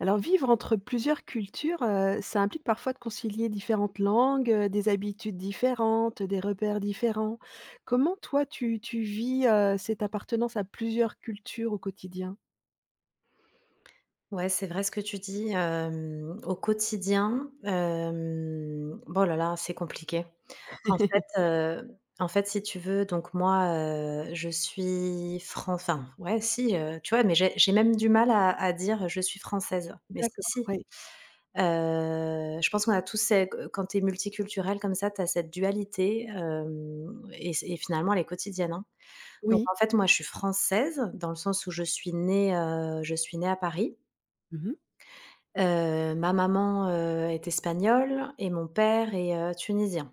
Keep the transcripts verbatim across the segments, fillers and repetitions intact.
Alors vivre entre plusieurs cultures, heu, ça implique parfois de concilier différentes langues, heu, des habitudes différentes, des repères différents. Comment toi tu tu vis, heu, cette appartenance à plusieurs cultures au quotidien? Ouais, c'est vrai ce que tu dis, hem, au quotidien, hem, oh là là, c'est compliqué. En fait, heu, en fait, si tu veux, donc moi, heu, je suis fran enfin, ouais, si, heu, tu vois? Mais j'ai j'ai même du mal à à dire: «Je suis française», mais si, D'accord, si. ouais. Heu, je pense qu'on a tous ces quand tu es multiculturelle comme ça, tu as cette dualité, hem et et finalement elle est quotidienne, hein. Donc Oui. en fait, moi, je suis française dans le sens où je suis née, heu, je suis née à Paris. Mmh. Heu, ma maman, heu, est espagnole et mon père est, heu, tunisien.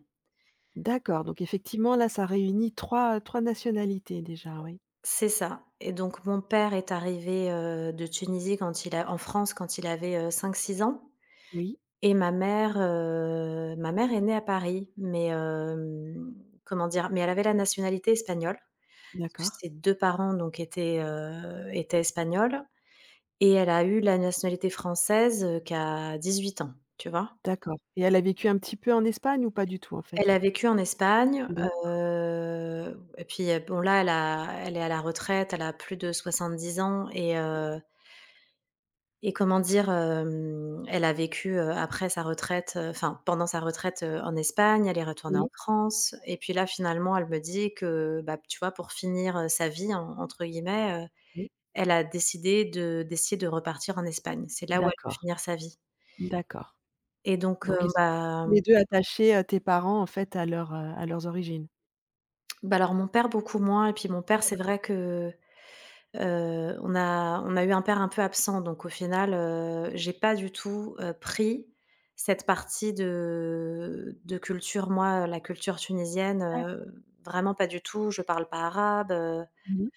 D'accord, donc effectivement là, ça réunit trois trois nationalités déjà, oui. C'est ça et donc mon père est arrivé, heu, de Tunisie quand il a en France quand il avait, heu, cinq six ans Oui, et ma mère, heu, ma mère est née à Paris, mais hem, comment dire? Mais elle avait la nationalité espagnole, parce que d'accord, ses deux parents donc étaient, heu, étaient espagnols et elle a eu la nationalité française, heu, qu'à huit ans, tu vois? d'accord, et elle a vécu un petit peu en Espagne ou pas du tout en fait? Elle a vécu en Espagne, D'ac, heu et puis, heu, bon là, elle a elle est à la retraite, elle a plus de soixante-dix ans et heu et comment dire? Hem, elle a vécu, heu, après sa retraite, heu, enfin pendant sa retraite, heu, en Espagne, elle est retournée en oui, France et puis là, finalement, elle me dit que, bah, tu vois, pour finir, heu, «sa vie» en entre guillemets, heu, oui, elle a décidé de d'essayer de repartir en Espagne. C'est là où elle veut d'accord, finir sa vie d'accord. et donc, heu, Donc ils sont bah tous les deux attachés, heu, tes parents, en fait, à leur, heu, à leurs origines? bah, alors mon père beaucoup moins et puis mon Ah père, c'est d'accord. vrai que Heu, on a on a eu un père un peu absent, donc au final, heu, j'ai pas du tout, heu, pris cette partie de de culture. Moi, la culture tunisienne, D'accord. heu, vraiment pas du tout. Je parle pas arabe, heu Mmh mh.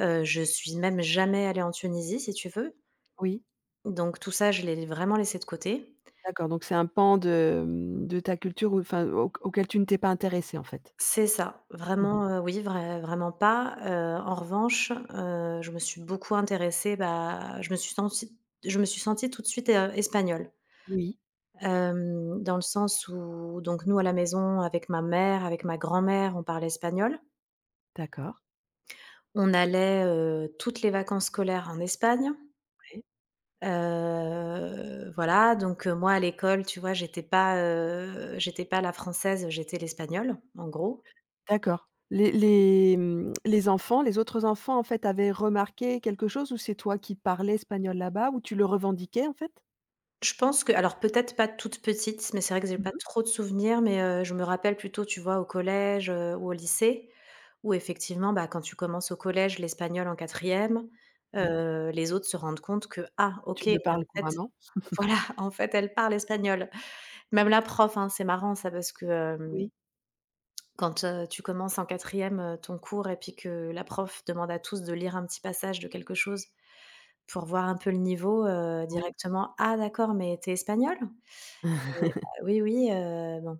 heu, je suis même jamais allée en Tunisie, si tu veux. Oui, Donc tout ça, je l'ai vraiment laissé de côté. d'accord, donc c'est un pan de, mmh, de ta culture ou enfin, au auquel tu ne t'es pas intéressée, en fait? C'est ça, Mmh mh. vraiment, heu, oui, vrai vraiment pas. Heu, en revanche, heu, je me suis beaucoup intéressée, bah, je me suis sentie je me suis sentie tout de suite, heu, espagnole. Oui, Hem, dans le sens où donc nous à la maison avec ma mère, avec ma grand-mère, on parlait espagnol. d'accord, On allait, heu, toutes les vacances scolaires en Espagne. oui, Heu, voilà, donc heu, moi à l'école, tu vois, j'étais pas, heu, j'étais pas la française, j'étais l'espagnole, en gros. d'accord. Les les, mmh, les enfants, les autres enfants, en fait, avaient remarqué quelque chose ou c'est toi qui parlais espagnol là-bas ou tu le revendiquais, en fait? Je pense que alors peut-être pas toute petite, mais c'est vrai que j'ai Mmh pas mh. trop de souvenirs, mais heu, je me rappelle plutôt, tu vois, au collège, heu, ou au lycée, où effectivement, bah, quand tu commences au collège l'espagnol en quatrième, Oui, e les autres se rendent compte que: «Ah tu OK, mais le parles en fait» couramment? voilà, en fait, elle parle espagnol. Même la prof, hein, c'est marrant ça parce que, hem, Oui, quand, heu, tu commences en quatrième e ton cours et puis que la prof demande à tous de lire un petit passage de quelque chose pour voir un peu le niveau, heu, oui. directement: «Ah d'accord, mais t'es es espagnole?» Et bah oui, oui, heu, bon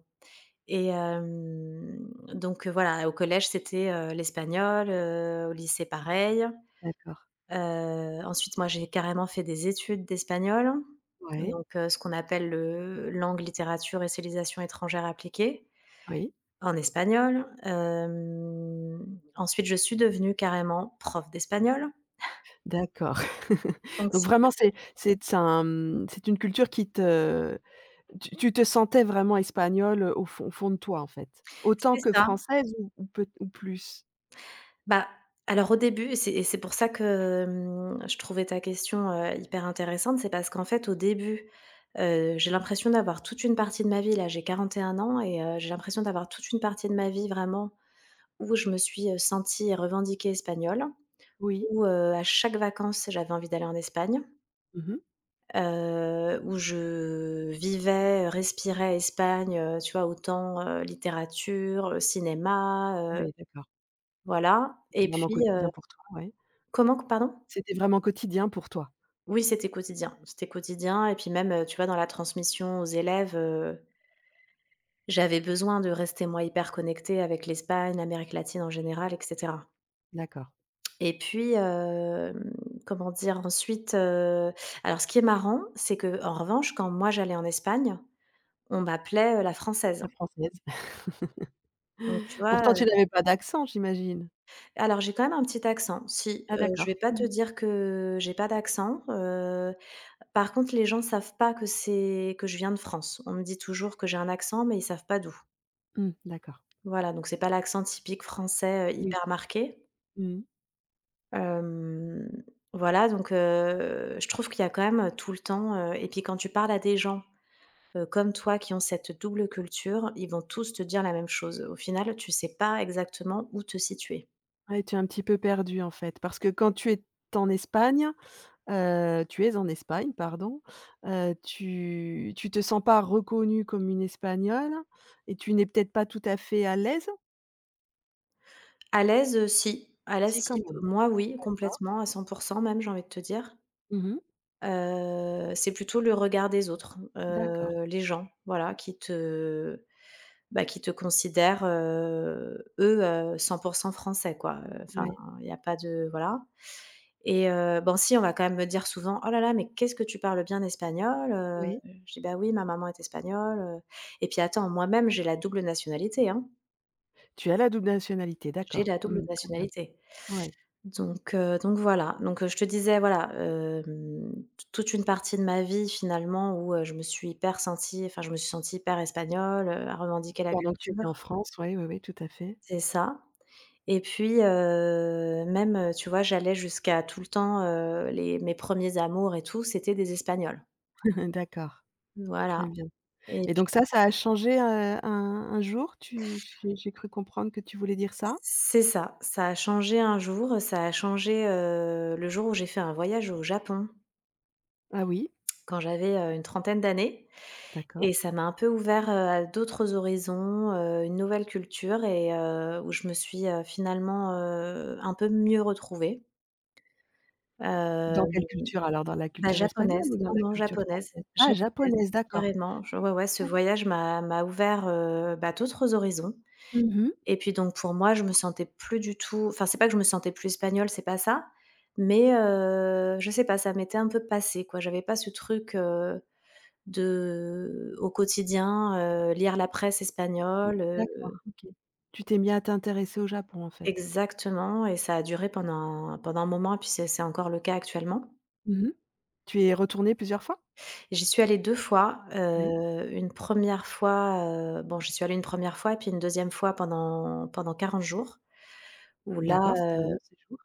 et hem, donc, heu, voilà, au collège, c'était, heu, l'espagnol, heu, au lycée, pareil. D'accord. Heu, ensuite, moi, j'ai carrément fait des études d'espagnol, Ouais, donc, heu, ce qu'on appelle le langue, littérature et civilisation étrangères appliquées, oui. en espagnol. Hem, ensuite, je suis devenue carrément prof d'espagnol, D'accord. donc Donc si tu vraiment veux, c'est c'est c'est un, mmh, c'est une culture qui te tu tu te sentais vraiment espagnole, heu, au fond au fond de toi, en fait? Autant c'est que ça. française ou ou peut ou plus? Bah, alors au début et c'est et c'est pour ça que, mmh, je trouvais ta question, heu, hyper intéressante, c'est parce qu'en fait au début, heu, j'ai l'impression d'avoir toute une partie de ma vie là, j'ai quarante et un ans et heu, j'ai l'impression d'avoir toute une partie de ma vie vraiment où je me suis, heu, sentie et revendiquée espagnole, Oui. où, heu, à chaque vacances, j'avais envie d'aller en Espagne, Mmh. heu, où je vivais, respirais Espagne, heu, tu vois? Autant, heu, littérature, cinéma, heu, Oui, d'accord. voilà C'était et vraiment puis, quotidien heu pour toi, ouais. comment que pardon? C'était vraiment quotidien pour toi? Oui, c'était quotidien, c'était quotidien et puis même, heu, tu vois, dans la transmission aux élèves, heu, j'avais besoin de rester moi hyper connectée avec l'Espagne, l'Amérique latine en général et cetera D'accord. et puis, hem, comment dire? Ensuite, heu, alors ce qui est marrant, c'est que en revanche, quand moi j'allais en Espagne, on m'appelait, heu, la française. La française. Donc tu vois, Pourtant tu heu, n'avais pas d'accent, j'imagine? alors j'ai quand même un petit accent. Si, Ah heu, je vais d'accord. pas te Mmh mh. dire que j'ai pas d'accent, euh, Par contre, les gens savent pas que c'est que je viens de France. On me dit toujours que j'ai un accent, mais ils savent pas d'où. Mmh, d'accord. Voilà, donc c'est pas l'accent typique français, heu, Oui. hyper marqué. Mmh. Hem, voilà, donc heu, je trouve qu'il y a quand même euh, tout le temps, heu et puis quand tu parles à des gens, heu, comme toi qui ont cette double culture, ils vont tous te dire la même chose. Au final, tu sais pas exactement où te situer. Ouais, tu es un petit peu perdu en fait, parce que quand tu es en Espagne. Heu, tu es en Espagne, pardon, heu, tu tu te sens pas reconnue comme une Espagnole et tu n'es peut-être pas tout à fait à l'aise? À l'aise, heu, si. À l'aise, Si, quand si. même. Moi, oui, D'accord. complètement, à cent même, j'ai envie de te dire. Mmh mh. Heu, c'est plutôt le regard des autres, D'accord. heu, les gens, voilà, qui te bah, qui te considèrent, heu, eux, heu, cent français, quoi, heu, enfin, Ouais, il y a pas de voilà et heu, bon, si, on va quand même me dire souvent: «Oh là là, mais qu'est-ce que tu parles bien espagnol, heu?» oui. Je dis: «Bah, oui, ma maman est espagnole, heu» et puis attends, moi-même, j'ai la double nationalité, hein. Tu as la double nationalité, J'ai d'accord. la Mmh, double très bien. nationalité. Ouais. Donc heu, donc voilà, donc heu, je te disais voilà, hem, t toute une partie de ma vie finalement où, heu, je me suis hyper sentie enfin je me suis sentie hyper espagnole, heu, à revendiquer la Pendant que tu étais culture. en France, ouais, ouais, ouais, tout à fait. C'est ça et puis, heu, même, heu, tu vois, j'allais jusqu'à tout le temps, heu, les mes premiers amours et tout, c'était des Espagnols. D'accord, Voilà très bien, et et puis donc ça, ça a changé, heu, un un jour? Tu j'ai j'ai cru comprendre que tu voulais dire ça? c'est ça, ça a changé un jour, ça a changé, heu, le jour où j'ai fait un voyage au Japon Ah oui, quand j'avais, heu, une trentaine d'années. d'accord. Et ça m'a un peu ouvert, heu, à d'autres horizons, heu, une nouvelle culture et heu, où je me suis, heu, finalement, heu, un peu mieux retrouvée. Dans Hem, quelle culture alors? Dans la bah, culture japonaise, espagnole ou dans la non, non, culture japonaise, française? Ah japonaise, japonaise, d'accord. carrément. Je Ouais, ouais, ce voyage m'a m'a ouvert, heu, bah, d'autres horizons Mmh mh. et puis donc pour moi, je me sentais plus du tout enfin, c'est pas que je me sentais plus espagnole, c'est pas ça, mais heu, je sais pas, ça m'était un peu passé, quoi. J'avais pas ce truc, heu De au quotidien, heu, lire la presse espagnole, D'accord, heu OK. Tu t'es mis à t'intéresser au Japon, en fait? exactement et ça a duré pendant un- pendant un moment et puis c'est c'est encore le cas actuellement. Mmh mh. Tu y es retournée plusieurs fois? J'y suis allée deux fois, Oui. heu, une première fois, heu, bon j'y suis allée une première fois et puis une deuxième fois pendant pendant quarante jours où là, D'accord, c'était un heu long séjour.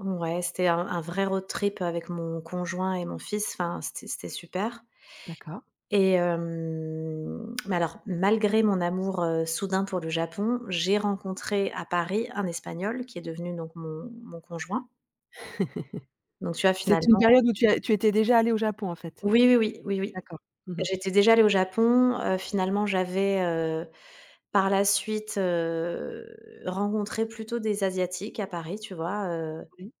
ouais, c'était un un vrai road trip avec mon conjoint et mon fils, enfin, c'était c'était super. D'accord. Et hem, mais alors malgré mon amour, heu, soudain pour le Japon, j'ai rencontré à Paris un Espagnol qui est devenu donc mon mon conjoint. Donc tu vois C'est finalement une période où tu as tu étais déjà allée au Japon, en fait? oui, oui, oui, oui, oui. D'accord. Mmh mh. J'étais déjà allée au Japon, heu, finalement j'avais, heu, par la suite, heu, rencontré plutôt des Asiatiques à Paris, tu vois? Heu Oui,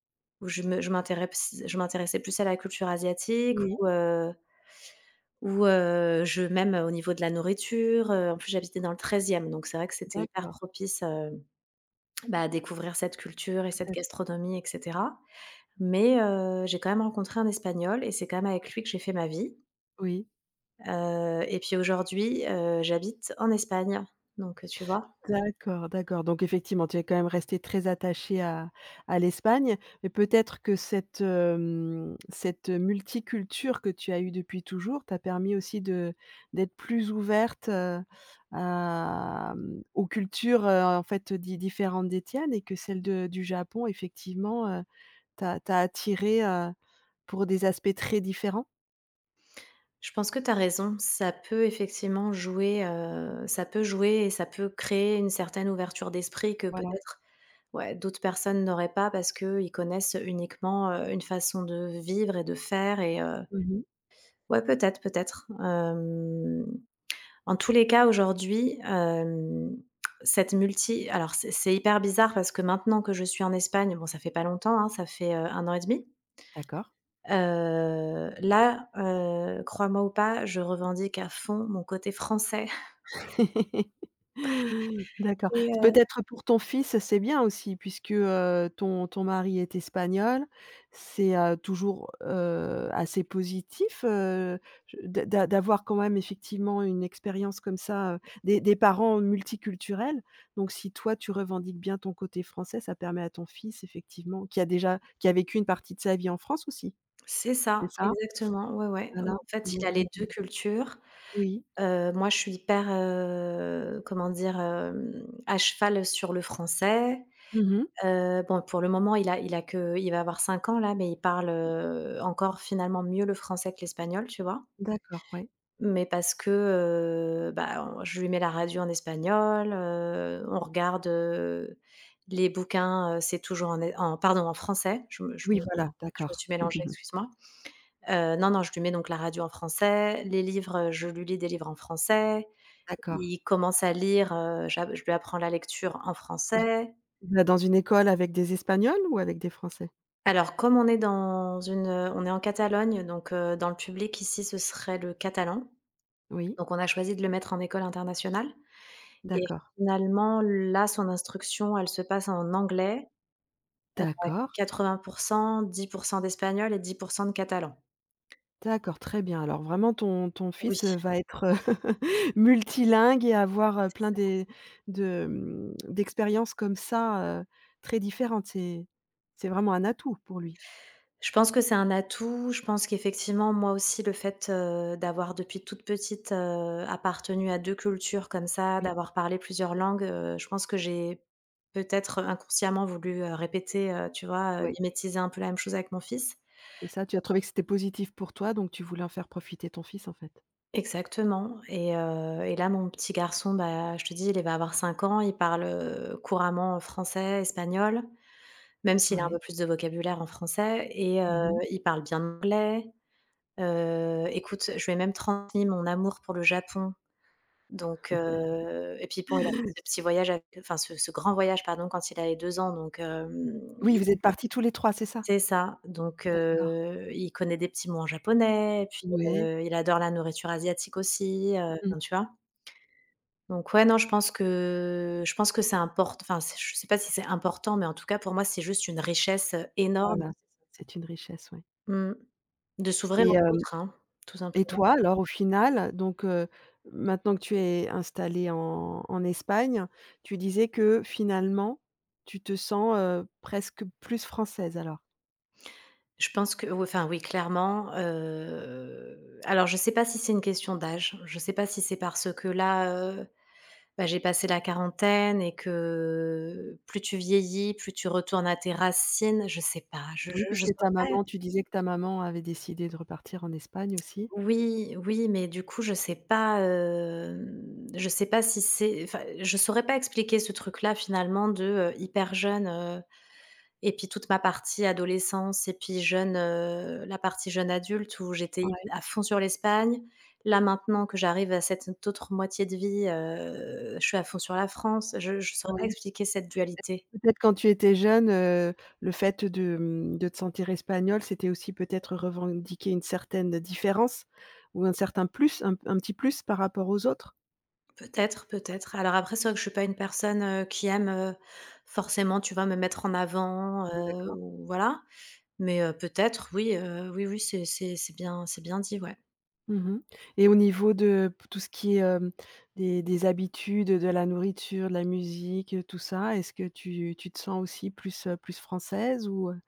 Où je me je m'intéresse je m'intéressais plus à la culture asiatique oui, ou, heu ou, heu, je même au niveau de la nourriture, heu, en plus j'habitais dans le treizième, donc c'est vrai que c'était hyper d'accord, propice, heu, bah, à découvrir cette culture et tout cette à fait. gastronomie et cetera. Mais, heu, j'ai quand même rencontré un Espagnol et c'est quand même avec lui que j'ai fait ma vie, Oui. heu et puis aujourd'hui, heu, j'habite en Espagne, donc, heu, tu vois? D'accord, d'accord. Donc effectivement, tu es quand même resté très attaché à à l'Espagne, mais peut-être que cette, hem, cette multiculture que tu as eue depuis toujours t'a permis aussi de d'être plus ouverte, heu, à, mmh, aux cultures, heu, en fait, di différentes des tiennes, et que celle de du Japon effectivement, heu, t'a t'a attirée, heu, pour des aspects très différents? Je pense que tu as raison. Ça peut effectivement jouer, heu, ça peut jouer et ça peut créer une certaine ouverture d'esprit que Voilà. peut-être, ouais, d'autres personnes n'auraient pas parce qu'ils connaissent uniquement, heu, une façon de vivre et de faire et heu, Mmh. ouais, peut-être, peut-être. Hem, en tous les cas, aujourd'hui, hem, cette multi alors c'est c'est hyper bizarre parce que maintenant que je suis en Espagne, bon, ça fait pas longtemps, hein, ça fait, heu, un an et demi. D'accord. Heu, là, heu, crois-moi ou pas, je revendique à fond mon côté français D'accord. et heu Peut-être pour ton fils, c'est bien aussi puisque, heu, ton ton mari est espagnol. C'est, heu, toujours, heu, assez positif, heu, je d'a d'avoir quand même effectivement une expérience comme ça, heu, des des parents multiculturels. Donc si toi, tu revendiques bien ton côté français, ça permet à ton fils effectivement qui a déjà qui a vécu une partie de sa vie en France aussi, c'est c'est ça, ça? exactement, ouais, ouais. En Voilà, fait, donc il a heu, les deux cultures. oui. Heu, moi, je suis hyper, heu, comment dire? Hem, à cheval sur le français. Mmh. Heu, bon, pour le moment, il a il a que il va avoir cinq ans là, mais il parle, heu, encore finalement mieux le français que l'espagnol, tu vois? D'accord, ouais. Mais parce que, heu, bah, on je lui mets la radio en espagnol, heu, on regarde, heu, les bouquins, heu, c'est toujours en é en pardon, en français. Je me je me Oui, voilà, je me d'accord. suis mélangée, excuse-moi. Heu, non, non, je lui mets donc la radio en français, les livres, je lui lis des livres en français. D'accord. Il commence à lire, heu, j'a je lui apprends la lecture en Et français. bah, dans une école avec des Espagnols ou avec des Français? Alors comme on est dans une, on est en Catalogne, donc heu, dans le public ici, ce serait le catalan. Oui, Donc on a choisi de le mettre en école internationale. Et d'accord. finalement, là, son instruction, elle se passe en anglais, heu, D'accord, quatre-vingts, dix d'espagnol et dix de catalan. d'accord, très bien. Alors vraiment ton ton Oui, fils, heu, c'est va être, heu, multilingue et avoir, ça, heu, c'est plein ça. des de, mmh, d'expériences comme ça, heu, très différentes. C'est c'est vraiment un atout pour lui. Je pense que c'est un atout. Je pense qu'effectivement, moi aussi, le fait, heu, d'avoir depuis toute petite, heu, appartenu à deux cultures comme ça, Oui, d'avoir parlé plusieurs langues, heu, je pense que j'ai peut-être inconsciemment voulu, heu, répéter, heu, tu vois, heu, oui, mimétiser un peu la même chose avec mon fils. c'est ça. Tu as trouvé que c'était positif pour toi, donc tu voulais en faire profiter ton fils, en fait? Exactement. Et heu et là, mon petit garçon, bah, je te dis, il va avoir cinq ans, il parle, heu, couramment français, espagnol, même s'il a un peu Ouais. plus de vocabulaire en français et heu, Mmh. il parle bien anglais. Heu, écoute, je lui ai même transmis mon amour pour le Japon donc heu et puis bon, il a fait ce petit voyage avec enfin ce ce grand voyage, pardon, quand il avait deux ans donc hem, Oui, il vous êtes partis tous les trois, c'est ça? c'est ça. Donc D'accord. heu, il connaît des petits mots en japonais et puis, Oui. heu, il adore la nourriture asiatique aussi, heu, Mmh. enfin, tu vois? Donc ouais, non, je pense que je pense que c'est important, enfin, c'est, je sais pas si c'est important, mais en tout cas, pour moi, c'est juste une richesse, euh, énorme. Voilà, c'est ça, c'est une richesse, ouais. Mmh. De s'ouvrir Et aux autres, hein, tout Et simplement. toi alors au final, donc heu, maintenant que tu es installée en en Espagne, tu disais que finalement, tu te sens, heu, presque plus française alors? Je pense que oui, enfin, oui, clairement, heu, alors je sais pas si c'est une question d'âge, je sais pas si c'est parce que là, heu, bah, j'ai passé la quarantaine et que plus tu vieillis, plus tu retournes à tes racines, je sais pas, je Oui, je je puisque saurais ta pas. maman tu disais que ta maman avait décidé de repartir en Espagne aussi? Oui, oui, mais du coup, je sais pas, hem, je sais pas si c'est, enfin, je saurais pas expliquer ce truc-là finalement, de, heu, hyper jeune, heu et puis toute ma partie adolescence et puis jeune, heu, la partie jeune adulte où j'étais Ouais, à fond sur l'Espagne. Là, maintenant que j'arrive à cette autre moitié de vie, heu, je suis à fond sur la France. Je je saurais pas oui. expliquer cette dualité. Peut-être quand tu étais jeune, heu, le fait de, mmh, de te sentir espagnol, c'était aussi peut-être revendiquer une certaine différence ou un certain plus, un un petit plus par rapport aux autres? Peut-être, peut-être. Alors après, c'est vrai que je suis pas une personne, heu, qui aime, heu, forcément, tu vois, me mettre en avant, heu, D'accord. ou voilà. Mais heu, peut-être oui, heu, oui, oui, c'est c'est c'est bien c'est bien dit, ouais. Mmh, et au niveau de p tout ce qui est, hem, des des habitudes, de la nourriture, de la musique, heu, tout ça, est-ce que tu tu te sens aussi plus, heu, plus française ou, heu?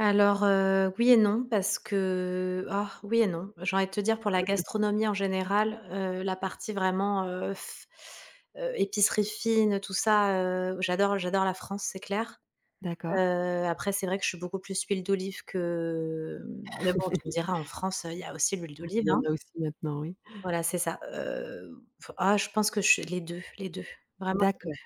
Alors, heu, oui et non parce que, ah, oui et non. J'ai envie de te dire, pour la gastronomie en général, heu, la partie vraiment, heu, f heu, épicerie fine, tout ça, heu, j'adore j'adore la France, c'est clair. D'accord. Heu, après c'est vrai que je suis beaucoup plus huile d'olive que, mais bon, tu me diras, en France, il y a aussi l'huile d'olive, Il y en hein? a aussi maintenant, oui. Voilà, c'est ça. Heu, ah, je pense que je suis les deux, les deux, vraiment les D'accord, deux.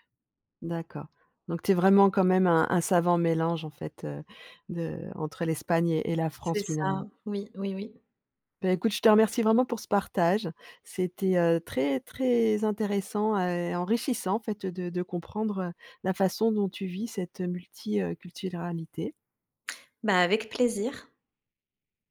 d'accord. Donc tu es vraiment quand même un un savant mélange en fait, heu, de entre l'Espagne et et la C'est France ça, finalement? oui, oui, oui. Bah, écoute, je te remercie vraiment pour ce partage. C'était, heu, très, très intéressant, euh, et enrichissant en fait de de comprendre, heu, la façon dont tu vis cette multi, Bah, avec plaisir.